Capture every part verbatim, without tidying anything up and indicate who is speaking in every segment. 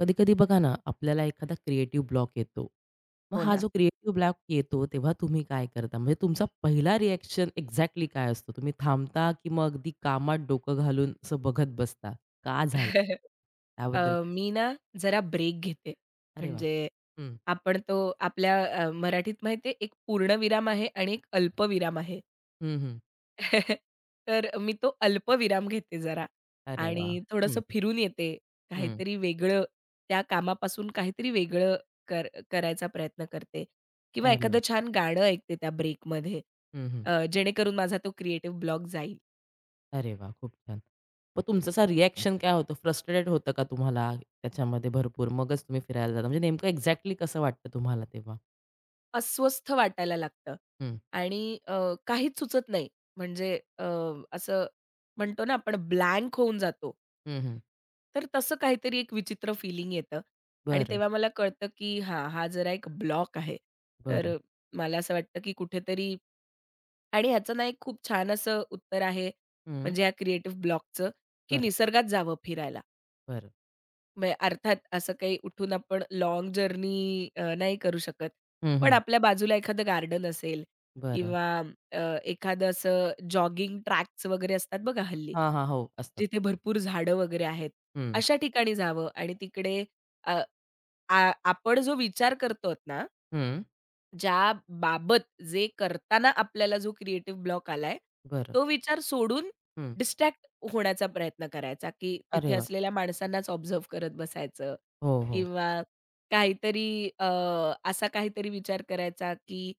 Speaker 1: कधी-कधी बघा ना, आपल्याला एखादा क्रिएटिव्ह ब्लॉक येतो. मग
Speaker 2: हो
Speaker 1: हा
Speaker 2: ना.
Speaker 1: जो क्रिएटिव्ह ब्लॉक येतो, तेव्हा तुम्ही काय करता? म्हणजे तुमचा पहिला रिएक्शन एक्झॅक्टली काय असतो? तुम्ही थांबता की मग अगदी कामात डोकं घालून असं बघत बसता? का झालं?
Speaker 2: अ,
Speaker 1: त्याबद्दल काय
Speaker 2: मी
Speaker 1: सांगाल?
Speaker 2: ना जरा ब्रेक घेते.
Speaker 1: अरे वाह!
Speaker 2: म्हणजे
Speaker 1: हं.
Speaker 2: आपण तो आपल्या अ, मराठीत माहिती आहे एक पूर्णविराम आहे आणि एक अल्पविराम आहे.
Speaker 1: हं, हं.
Speaker 2: तर मी तो अल्पविराम घेते जरा
Speaker 1: अरे वाह!
Speaker 2: आणि
Speaker 1: हं,
Speaker 2: थोडंसं फिरून येते.
Speaker 1: हं.
Speaker 2: काहीतरी वेगळं त्या कामापासून काहीतरी वेगळं कर करायचा प्रयत्न करते किंवा
Speaker 1: अरे
Speaker 2: एखादं
Speaker 1: वाह!
Speaker 2: छान गाणं ऐकते त्या ब्रेकमध्ये.
Speaker 1: हं, हं.
Speaker 2: जेणेकरून माझा तो क्रिएटिव्ह ब्लॉक जाईल.
Speaker 1: अरे वाह! खूप छान. मग तुमचं असा रिएक्शन काय होतं? फ्रस्ट्रेटेड होतं का तुम्हाला त्याच्यामध्ये भरपूर? मगच तुम्ही फिरायला जाता. म्हणजे नेमकं एक्झॅक्टली कसं वाटतं तुम्हाला तेव्हा?
Speaker 2: अस्वस्थ वाटायला लागतं
Speaker 1: हं.
Speaker 2: आणि अ, काहीच सुचत नाही. म्हणजे अ, असं म्हणतो ना आपण ब्लँक होऊन जातो.
Speaker 1: हं, हं.
Speaker 2: तर तसं काहीतरी एक विचित्र फीलिंग येतं आणि
Speaker 1: बरं.
Speaker 2: तेव्हा मला कळतं, की हां, हा जरा एक ब्लॉक आहे.
Speaker 1: बरं.
Speaker 2: तर मला असं वाटतं, की कुठेतरी आणि ह्याचं ना एक खूप छान असं उत्तर आहे,
Speaker 1: हं.
Speaker 2: म्हणजे या क्रिएटिव्ह ब्लॉकचं, की
Speaker 1: बरं,
Speaker 2: निसर्गात जावं फिरायला.
Speaker 1: बरं.
Speaker 2: म्हणजे अर्थात असं काही उठून आपण लॉंग जर्नी अ, नाही करू शकत.
Speaker 1: हं,
Speaker 2: पण
Speaker 1: हं.
Speaker 2: आपल्या बाजूला एखादं गार्डन असेल
Speaker 1: बरं.
Speaker 2: किंवा अ, एखादं असं जॉगिंग ट्रॅक्स वगैरे असतात बघा हल्ली,
Speaker 1: हां, हां. हो, असतात.
Speaker 2: जिथे भरपूर झाडं वगैरे आहेत.
Speaker 1: हं.
Speaker 2: अशा ठिकाणी जावं आणि तिकडे अ, आ आपण जो विचार करतो ना,
Speaker 1: हं.
Speaker 2: ज्या बाबत जे करताना आपल्याला जो क्रिएटिव्ह ब्लॉक आलाय,
Speaker 1: बरं.
Speaker 2: तो विचार सोडून
Speaker 1: हं.
Speaker 2: डिस्ट्रॅक्ट होण्याचा प्रयत्न करायचा, की
Speaker 1: अरे
Speaker 2: तिथे
Speaker 1: वाह!
Speaker 2: असलेल्या माणसांनाच ऑब्झर्व्ह करत बसायचं
Speaker 1: हो, हो.
Speaker 2: किंवा काहीतरी अ, असा काहीतरी विचार करायचा, की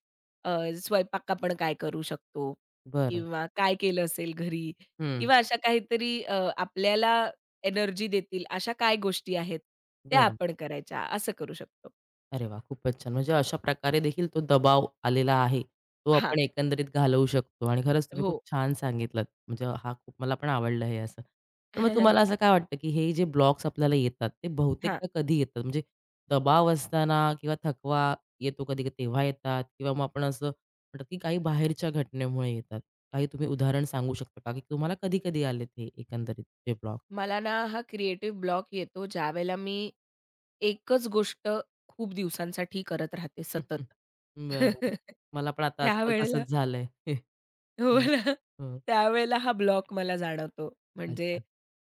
Speaker 2: अ, स्वयंपाक आपण काय करू शकतो?
Speaker 1: बरं.
Speaker 2: किंवा काय केलं असेल घरी?
Speaker 1: हं.
Speaker 2: किंवा अशा काहीतरी अ, आपल्याला एनर्जी देतील अशा काय गोष्टी आहेत, त्या
Speaker 1: बरं.
Speaker 2: आपण करायच्या असं करू शकतो.
Speaker 1: अरे वाह! खूपच छान. म्हणजे अशा प्रकारे देखील तो दबाव आलेला आहे, तो
Speaker 2: हां.
Speaker 1: आपण एकंदरीत घालवू शकतो आणि खरंच तुम्ही खूप
Speaker 2: हो.
Speaker 1: छान सांगितलंत. म्हणजे हा खूप मला पण आवडलं हे असं. पण मग तुम्हाला असं काय वाटतं, की हे जे ब्लॉक्स आपल्याला येतात, ते
Speaker 2: हां.
Speaker 1: बहुतेकदा कधी येतात? म्हणजे दबाव असताना किंवा थकवा येतो कधी तेव्हा येतात किंवा मग आपण असं म्हणतात, की काही बाहेरच्या घटनेमुळे येतात. काही तुम्ही उदाहरण सांगू शकता का, की तुम्हाला कधी-कधी आलेत हे एकंदरीत हे ब्लॉक?
Speaker 2: मला ना हा क्रिएटिव्ह ब्लॉक येतो ज्यावेळेला मी एकच गोष्ट खूप दिवसांसाठी करत राहते सतत.
Speaker 1: बरं. मला पण आता आजकाल
Speaker 2: त्यावेळेला
Speaker 1: तसंच झालंय.
Speaker 2: हो
Speaker 1: हो.
Speaker 2: ना.
Speaker 1: हो.
Speaker 2: त्यावेळेला हा ब्लॉक मला जाणवतो. म्हणजे
Speaker 1: अच्छा.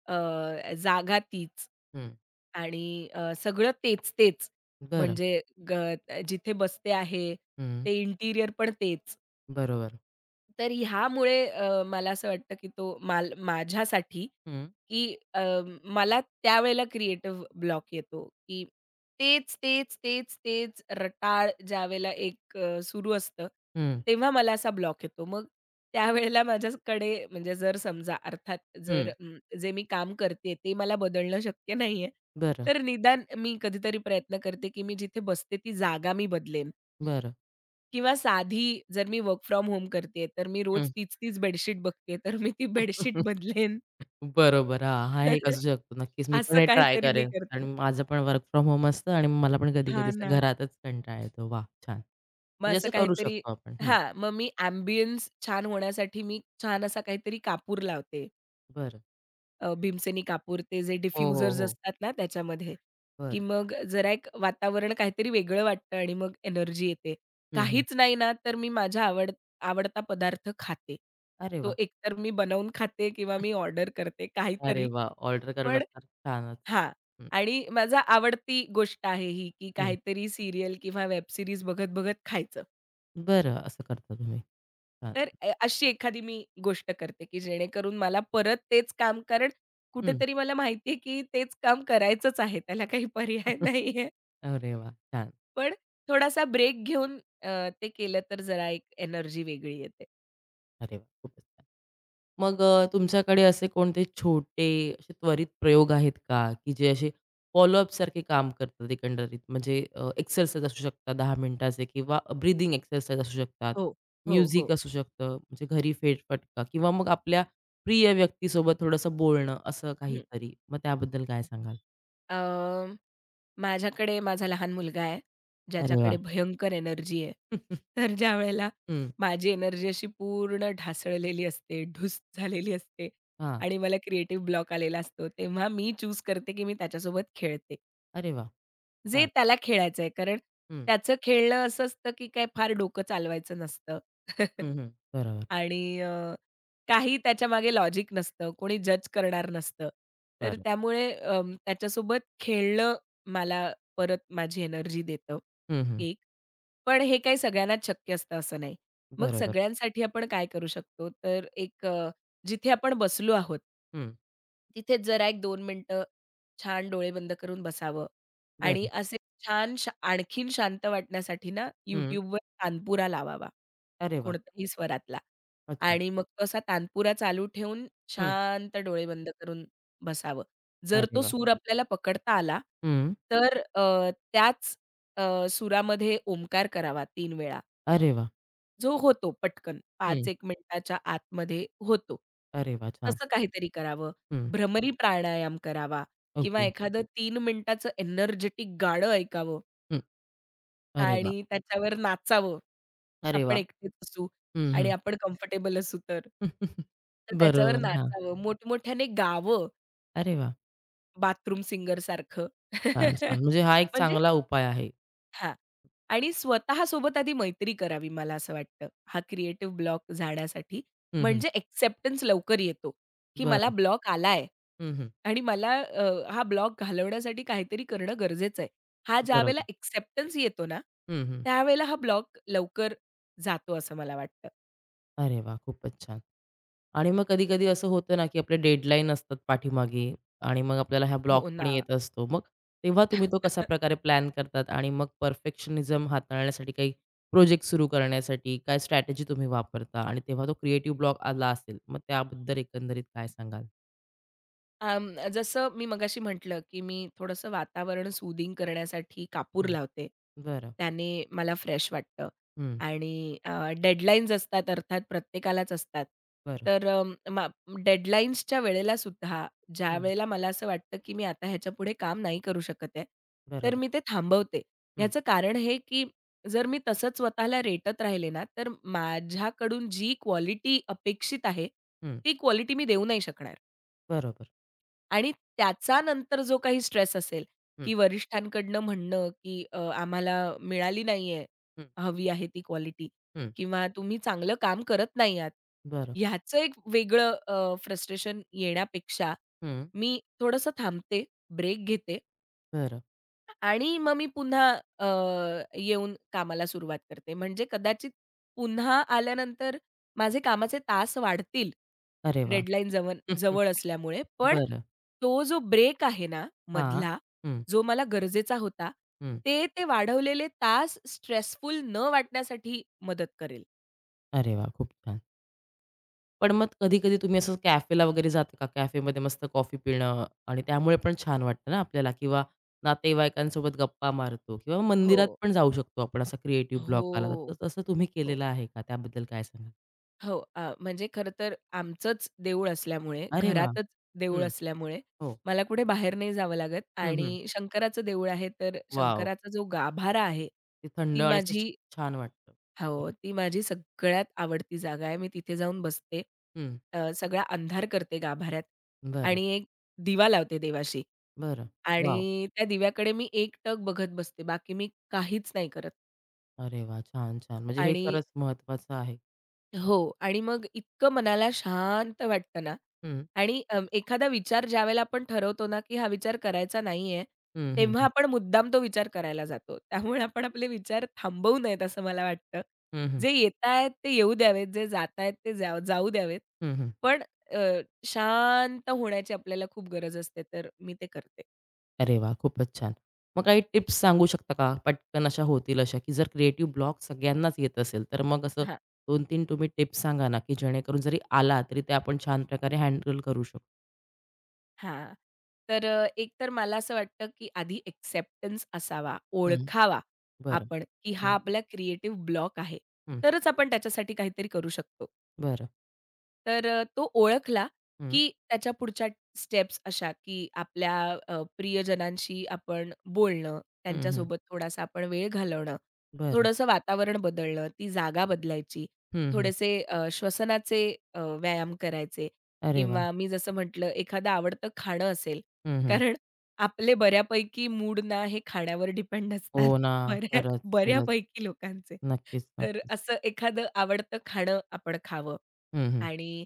Speaker 2: अ, जागा तीच
Speaker 1: हं.
Speaker 2: आणि अ, सगळं तेच-तेच
Speaker 1: बरं.
Speaker 2: म्हणजे ग जिथे बसते आहे,
Speaker 1: हं.
Speaker 2: ते इंटिरियर पण तेच.
Speaker 1: बरोबर.
Speaker 2: तर ह्यामुळे अ, मला असं वाटतं, की तो माल माझ्यासाठी,
Speaker 1: हं.
Speaker 2: की अ, मला त्यावेळेला क्रिएटिव्ह ब्लॉक येतो, की तेच, तेच, तेच, तेच रटाळ ज्यावेळेला एक अ, सुरू असतं,
Speaker 1: हं.
Speaker 2: तेव्हा मला असा ब्लॉक येतो. मग त्यावेळेला माझ्याकडे म्हणजे जर समजा अर्थात जर
Speaker 1: हं.
Speaker 2: अं, जे मी काम करते ते मला बदलणं शक्य नाहीये,
Speaker 1: बरं,
Speaker 2: तर निदान मी कधीतरी प्रयत्न करते, की मी जिथे बसते ती जागा मी बदलेन.
Speaker 1: बरं.
Speaker 2: किंवा साधी जर मी वर्क फ्रॉम होम करतेय, तर मी रोज
Speaker 1: हं.
Speaker 2: तीच-तीच बेडशीट बघतेय, तर मी ती बेडशीट बदलेन.
Speaker 1: बरोबर. हां, हा एक असू शकतो. नक्कीच मी पण
Speaker 2: असं
Speaker 1: हे ट्राय
Speaker 2: काहीतरी मी
Speaker 1: करेन. कारण
Speaker 2: करते.
Speaker 1: माझं पण वर्क फ्रॉम होम असतं आणि मला पण कधी-कधी
Speaker 2: हा
Speaker 1: असं
Speaker 2: ना.
Speaker 1: घरातच कंटाळा येतो. वा, छान.
Speaker 2: मग
Speaker 1: म्हणजे
Speaker 2: असं
Speaker 1: असं करू
Speaker 2: काहीतरी
Speaker 1: शकतो आपण. हं.
Speaker 2: हा मग मी अँबियन्स छान होण्यासाठी मी छान असा काहीतरी कापूर लावते.
Speaker 1: बरं.
Speaker 2: अ, भीमसेनी कापूर ते जे
Speaker 1: हो, हो,
Speaker 2: डिफ्युजर्स
Speaker 1: हो.
Speaker 2: असतात ना त्याच्यामध्ये, की
Speaker 1: बरं.
Speaker 2: मग जरा एक वातावरण काहीतरी वेगळं वाटतं आणि मग एनर्जी येते.
Speaker 1: हं, हं.
Speaker 2: काहीच नाही ना, तर मी माझा आवड आवडता पदार्थ खाते.
Speaker 1: अरे
Speaker 2: तो
Speaker 1: वा,
Speaker 2: एकतर मी बनवून खाते किंवा मी ऑर्डर करते
Speaker 1: अरे
Speaker 2: काहीतरी.
Speaker 1: वाह! ऑर्डर करणं
Speaker 2: पण
Speaker 1: तर छानच.
Speaker 2: हां.
Speaker 1: हं,
Speaker 2: आणि माझा आवडती गोष्ट आहे ही, की
Speaker 1: हं.
Speaker 2: काहीतरी सीरियल किंवा वेब सीरीज बघत-बघत खायचं.
Speaker 1: बरं असं करता तुम्ही. छान.
Speaker 2: तर अ, अशी एखादी मी गोष्ट करते, की जेणेकरून मला परत तेच काम कारण
Speaker 1: हं.
Speaker 2: कुठेतरी मला माहिती आहे, की तेच काम करायचंच आहे. त्याला काही पर्याय नाहीये.
Speaker 1: अरे वाह! छान.
Speaker 2: पण थोडासा ब्रेक घेऊन अ, ते केलं तर जरा एक एनर्जी वेगळी येते.
Speaker 1: अरे वाह! खूपच छान. मग अ, तुमच्याकडे असे कोणते छोटे असे त्वरित प्रयोग आहेत का, की जे असे फॉलोअप सारखे काम करतात एकंदरीत? म्हणजे अ, एक्सरसाइज असू शकतात दहा मिनिटाचे किंवा ब्रीथिंग एक्सरसाइज असू शकतात,
Speaker 2: हो, हो,
Speaker 1: म्युझिक
Speaker 2: हो.
Speaker 1: असू शकतं, म्हणजे घरी फेरफटका किंवा मग आपल्या प्रिय व्यक्तीसोबत थोडंसं बोलणं असं काहीतरी. मग त्याबद्दल काय सांगाल?
Speaker 2: माझ्याकडे माझा लहान मुलगा आहे,
Speaker 1: अरे वाह!
Speaker 2: ज्याच्याकडे भयंकर एनर्जी आहे.
Speaker 1: हं, हां.
Speaker 2: तर ज्यावेळेला माझी एनर्जी अशी पूर्ण ढासळलेली असते, ढूस झालेली असते आणि मला क्रिएटिव्ह ब्लॉक आलेला असतो, तेव्हा मी चूज करते, की मी त्याच्यासोबत खेळते.
Speaker 1: अरे वाह!
Speaker 2: जे
Speaker 1: छान.
Speaker 2: त्याला खेळायचं आहे. कारण
Speaker 1: हं,
Speaker 2: त्याचं खेळणं असं असतं, की काय फार डोकं चालवायचं नसतं.
Speaker 1: हं, हं. बरोबर,
Speaker 2: आणि अ, काही त्याच्या मागे लॉजिक नसतं. कोणी जज करणार नसतं. तर
Speaker 1: बरं.
Speaker 2: त्यामुळे अं, त्याच्यासोबत खेळणं मला परत माझी एनर्जी देतं,
Speaker 1: हं, हं.
Speaker 2: एक. पण हे काही सगळ्यांनाच शक्य असतं असं नाही. मग
Speaker 1: बरोबर.
Speaker 2: सगळ्यांसाठी आपण काय करू शकतो? तर एक अ, जिथे आपण बसलो आहोत
Speaker 1: हं,
Speaker 2: तिथेच जरा एक दोन मिनिटं छान डोळे बंद करून बसावं आणि
Speaker 1: बरं.
Speaker 2: असे छान शा आणखीन शांत वाटण्यासाठी ना
Speaker 1: हं.
Speaker 2: YouTubeवर तानपुरा लावावा,
Speaker 1: अरे वाह!
Speaker 2: कोणत्याही स्वरातला
Speaker 1: अच्छा.
Speaker 2: आणि मग तो असा तानपुरा चालू ठेवून शांत डोळे बंद करून बसावं. जर
Speaker 1: अरे
Speaker 2: तो
Speaker 1: वाह!
Speaker 2: सूर आपल्याला पकडता आला,
Speaker 1: हं.
Speaker 2: तर अ, त्याच अ, सुरामध्ये ओमकार करावा तीन वेळा.
Speaker 1: अरे वाह!
Speaker 2: जो होतो पटकन
Speaker 1: हं.
Speaker 2: पाच एक मिनिटाच्या आतमध्ये होतो.
Speaker 1: अरे वाह! छान.
Speaker 2: तसं काहीतरी करावं.
Speaker 1: हं.
Speaker 2: भ्रमरी प्राणायाम करावा किंवा
Speaker 1: ओके.
Speaker 2: एखादं तीन मिनिटाचं एनर्जेटिक गाणं ऐकावं
Speaker 1: हं. अरे वाह!
Speaker 2: आणि त्याच्यावर नाचावं.
Speaker 1: अरे
Speaker 2: आपण
Speaker 1: वाह!
Speaker 2: एकटेच असू
Speaker 1: हं,
Speaker 2: आणि
Speaker 1: हं.
Speaker 2: आपण कम्फर्टेबल असू तर. तर त्याच्यावर
Speaker 1: बरोबर. हां.
Speaker 2: नाचावं, मोठमोठ्याने गावं
Speaker 1: अरे वाह!
Speaker 2: बाथरूम सिंगरसारखं.
Speaker 1: छान, छान. म्हणजे हा एक
Speaker 2: म्हणजे
Speaker 1: चांगला उपाय आहे.
Speaker 2: हां. आणि स्वतःसोबत आधी मैत्री करावी मला असं वाटतं. हा क्रिएटिव्ह ब्लॉक जाण्यासाठी
Speaker 1: हं, हं.
Speaker 2: म्हणजे एक्सेप्टन्स लवकर येतो, की मला
Speaker 1: बरं.
Speaker 2: ब्लॉक आलाय
Speaker 1: हं, हं.
Speaker 2: आणि मला अ, हा ब्लॉक घालवण्यासाठी काहीतरी करणं गरजेचं आहे. हा ज्यावेळेला
Speaker 1: बरोबर.
Speaker 2: एक्सेप्टन्स येतो ना,
Speaker 1: हं, हं.
Speaker 2: त्यावेळेला हा ब्लॉक लवकर जातो असं मला वाटतं.
Speaker 1: अरे वाह! खूपच छान. आणि मग कधी-कधी असं होतं ना, की आपले डेडलाईन असतात पाठीमागे आणि मग आपल्याला हा ब्लॉक
Speaker 2: हो
Speaker 1: पण
Speaker 2: ना.
Speaker 1: येत असतो. मग तेव्हा तुम्ही तो कसा प्रकारे प्लॅन करतात आणि मग परफेक्शनिझम हाताळण्यासाठी काही प्रोजेक्ट सुरू करण्यासाठी काय स्ट्रॅटेजी तुम्ही वापरता? आणि तेव्हा तो क्रिएटिव्ह ब्लॉक आला असेल, मग त्याबद्दल एकंदरीत काय सांगाल?
Speaker 2: अं, जसं मी मगाशी म्हटलं, की मी थोडंसं वातावरण सूदिंग करण्यासाठी कापूर
Speaker 1: हं,
Speaker 2: लावते.
Speaker 1: बरं.
Speaker 2: त्याने मला फ्रेश वाटतं
Speaker 1: हं,
Speaker 2: आणि अ, डेडलाईन्स असतात अर्थात प्रत्येकालाच असतात.
Speaker 1: बरं.
Speaker 2: तर अ, मा डेडलाईन्सच्या वेळेला सुद्धा
Speaker 1: हं,
Speaker 2: ज्यावेळेला मला असं वाटतं, की मी आता ह्याच्यापुढे काम नाही करू शकत आहे, तर
Speaker 1: बरोबर.
Speaker 2: मी ते थांबवते.
Speaker 1: हं,
Speaker 2: ह्याचं कारण हे, की जर मी तसंच स्वतःला रेटत राहिले ना, तर माझ्याकडून जी क्वालिटी अपेक्षित आहे,
Speaker 1: हं,
Speaker 2: ती क्वालिटी मी देऊ नाही शकणार.
Speaker 1: बरोबर.
Speaker 2: आणि त्याचा नंतर जो काही स्ट्रेस असेल,
Speaker 1: हं,
Speaker 2: की वरिष्ठांकडनं म्हणणं, की अ, आम्हाला मिळाली नाहीये,
Speaker 1: हं,
Speaker 2: हवी आहे ती क्वालिटी
Speaker 1: हं,
Speaker 2: किंवा तुम्ही चांगलं काम करत नाही आहात.
Speaker 1: बरं.
Speaker 2: ह्याचं एक वेगळं अ, फ्रस्ट्रेशन येण्यापेक्षा
Speaker 1: हं,
Speaker 2: मी थोडंसं थांबते, ब्रेक घेते
Speaker 1: बरं.
Speaker 2: आणि मग मी पुन्हा अ, येऊन कामाला सुरुवात करते. म्हणजे कदाचित पुन्हा आल्यानंतर माझे कामाचे तास वाढतील,
Speaker 1: अरे वाह!
Speaker 2: डेडलाईन जवळ जवळ असल्यामुळे. पण
Speaker 1: बरं.
Speaker 2: तो जो ब्रेक आहे ना
Speaker 1: हां.
Speaker 2: मधला,
Speaker 1: हं,
Speaker 2: जो मला गरजेचा होता,
Speaker 1: हं.
Speaker 2: ते ते वाढवलेले तास स्ट्रेसफुल न वाटण्यासाठी मदत करेल.
Speaker 1: अरे वाह! खूप छान. पण मग कधी-कधी तुम्ही असं कॅफेला वगैरे जाता का? कॅफेमध्ये मस्त कॉफी पिणं आणि त्यामुळे पण छान वाटतं ना आपल्याला किंवा नातेवाईकांसोबत गप्पा मारतो किंवा
Speaker 2: हो.
Speaker 1: मंदिरात पण जाऊ शकतो आपण असा क्रिएटिव्ह ब्लॉक आला तर
Speaker 2: हो.
Speaker 1: तर तसं तुम्ही
Speaker 2: हो.
Speaker 1: केलेलं आहे का? त्याबद्दल काय सांगाल?
Speaker 2: हो. अ, म्हणजे खरं तर आमचंच देऊळ असल्यामुळे,
Speaker 1: अरे वाह!
Speaker 2: घरातच देऊळ
Speaker 1: हं.
Speaker 2: असल्यामुळे
Speaker 1: हो.
Speaker 2: मला कुठे बाहेर नाही जावं लागत
Speaker 1: हं, हं.
Speaker 2: आणि शंकराचं देऊळ आहे, तर
Speaker 1: वॉव!
Speaker 2: शंकराचा जो गाभारा आहे,
Speaker 1: ते थंड
Speaker 2: ती
Speaker 1: आणि असं छ-
Speaker 2: माझी
Speaker 1: छान वाटतं.
Speaker 2: हो,
Speaker 1: बरं.
Speaker 2: ती माझी सगळ्यात आवडती जागा आहे. मी तिथे जाऊन बसते.
Speaker 1: हं.
Speaker 2: अ, सगळा अंधार करते गाभाऱ्यात
Speaker 1: बरं,
Speaker 2: आणि एक दिवा लावते देवाशी
Speaker 1: बरं. वॉव!
Speaker 2: आणि त्या दिव्याकडे मी एकटक बघत बसते. बाकी मी काहीच नाही करत
Speaker 1: अरे वाह! छान, छान. म्हणजे हे
Speaker 2: आणि
Speaker 1: खरंच महत्वाचं आहे.
Speaker 2: हो. आणि मग इतकं मनाला शांत वाटतं ना
Speaker 1: हं.
Speaker 2: आणि अ, एखादा विचार ज्यावेळेला आपण ठरवतो ना, की हा विचार करायचा नाहीये,
Speaker 1: हं, हं,
Speaker 2: तेव्हा
Speaker 1: हं.
Speaker 2: आपण मुद्दाम तो विचार करायला जातो. त्यामुळे आपण आपले विचार थांबवू नयेत असं मला वाटतं.
Speaker 1: हं, हं.
Speaker 2: जे येतायत ते येऊ द्यावेत, जे जातायत ते जा जाऊ द्यावेत.
Speaker 1: हं,
Speaker 2: पण अ, शांत होण्याची आपल्याला खूप गरज असते, तर मी ते करते.
Speaker 1: अरे वा, खूपच छान. मग काही टिप्स सांगू शकता का? पटकन अशा होतील अशा, की जर क्रिएटिव्ह ब्लॉक सगळ्यांनाच येत असेल, तर मग असं
Speaker 2: हां.
Speaker 1: दोन तीन तुम्ही टिप्स सांगा ना, की जेणेकरून जरी आला तरी ते आपण छान प्रकारे हँडल करू शकतो?
Speaker 2: हां. तर अ, एक तर मला असं वाटतं, की आधी एक्सेप्टन्स असावा,
Speaker 1: हं.
Speaker 2: ओळखावा
Speaker 1: बरं.
Speaker 2: आपण, की हा
Speaker 1: हं,
Speaker 2: आपला क्रिएटिव्ह ब्लॉक आहे.
Speaker 1: हं.
Speaker 2: तरच आपण त्याच्यासाठी काहीतरी करू शकतो.
Speaker 1: बरं.
Speaker 2: तर अ, तो ओळखला,
Speaker 1: हं.
Speaker 2: की त्याच्या पुढच्या स्टेप्स अशा, की आपल्या अ, प्रियजनांशी आपण बोलणं,
Speaker 1: हं, हं.
Speaker 2: त्यांच्यासोबत थोडासा आपण वेळ घालवणं,
Speaker 1: बरं.
Speaker 2: थोडंसं वातावरण बदलणं, ती जागा बदलायची,
Speaker 1: हं, हं.
Speaker 2: थोडेसे अ, श्वसनाचे अ, व्यायाम करायचे
Speaker 1: अरे वाह!
Speaker 2: किंवा मी जसं म्हटलं एखादं आवडतं खाणं असेल,
Speaker 1: हं, हं.
Speaker 2: कारण आपले बऱ्यापैकी मूड ना हे खाण्यावर डिपेंड
Speaker 1: हो
Speaker 2: असतात.
Speaker 1: ना.
Speaker 2: बऱ्या
Speaker 1: खरंच, खरंच.
Speaker 2: बऱ्यापैकी लोकांचे.
Speaker 1: नक्कीच,
Speaker 2: तर
Speaker 1: नक्कीच.
Speaker 2: असं एखादं आवडतं खाणं आपण खावं
Speaker 1: हं, हं.
Speaker 2: आणि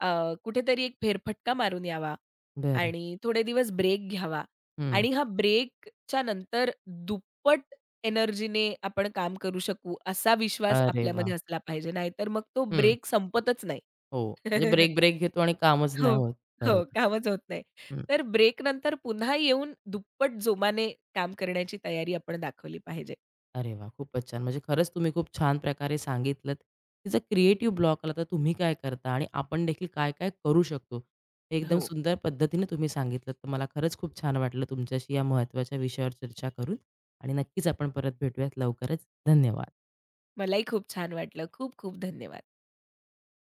Speaker 2: अ, कुठेतरी एक फेरफटका मारून यावा
Speaker 1: बरं.
Speaker 2: आणि थोडे दिवस ब्रेक घ्यावा
Speaker 1: हं.
Speaker 2: आणि हा ब्रेकच्या नंतर दुप्पट एनर्जीने आपण काम करू शकू, असा विश्वास
Speaker 1: अरे वाह!
Speaker 2: आपल्यामध्ये असला पाहिजे. नाहीतर मग तो
Speaker 1: हं.
Speaker 2: ब्रेक संपतच नाही.
Speaker 1: हो. म्हणजे ब्रेक, ब्रेक घेतो आणि कामच
Speaker 2: हो,
Speaker 1: नाही होत.
Speaker 2: हो.
Speaker 1: बरोबर.
Speaker 2: कामच होत नाही.
Speaker 1: हं.
Speaker 2: तर ब्रेकनंतर पुन्हा येऊन दुप्पट जोमाने काम करण्याची तयारी आपण दाखवली पाहिजे.
Speaker 1: अरे वाह! खूपच छान. म्हणजे खरंच तुम्ही खूप छान प्रकारे सांगितलत, की जर क्रिएटिव्ह ब्लॉक आला तर तुम्ही काय करता आणि आपण देखील काय-काय करू शकतो. हे एकदम
Speaker 2: हो.
Speaker 1: सुंदर पद्धतीने तुम्ही सांगितलत. तर मला खरंच खूप छान वाटलं तुमच्याशी या महत्त्वाच्या विषयावर चर्चा करून आणि नक्कीच आपण परत भेटूयात लवकरच. धन्यवाद.
Speaker 2: मलाही खूप छान वाटलं. खूप खूप धन्यवाद.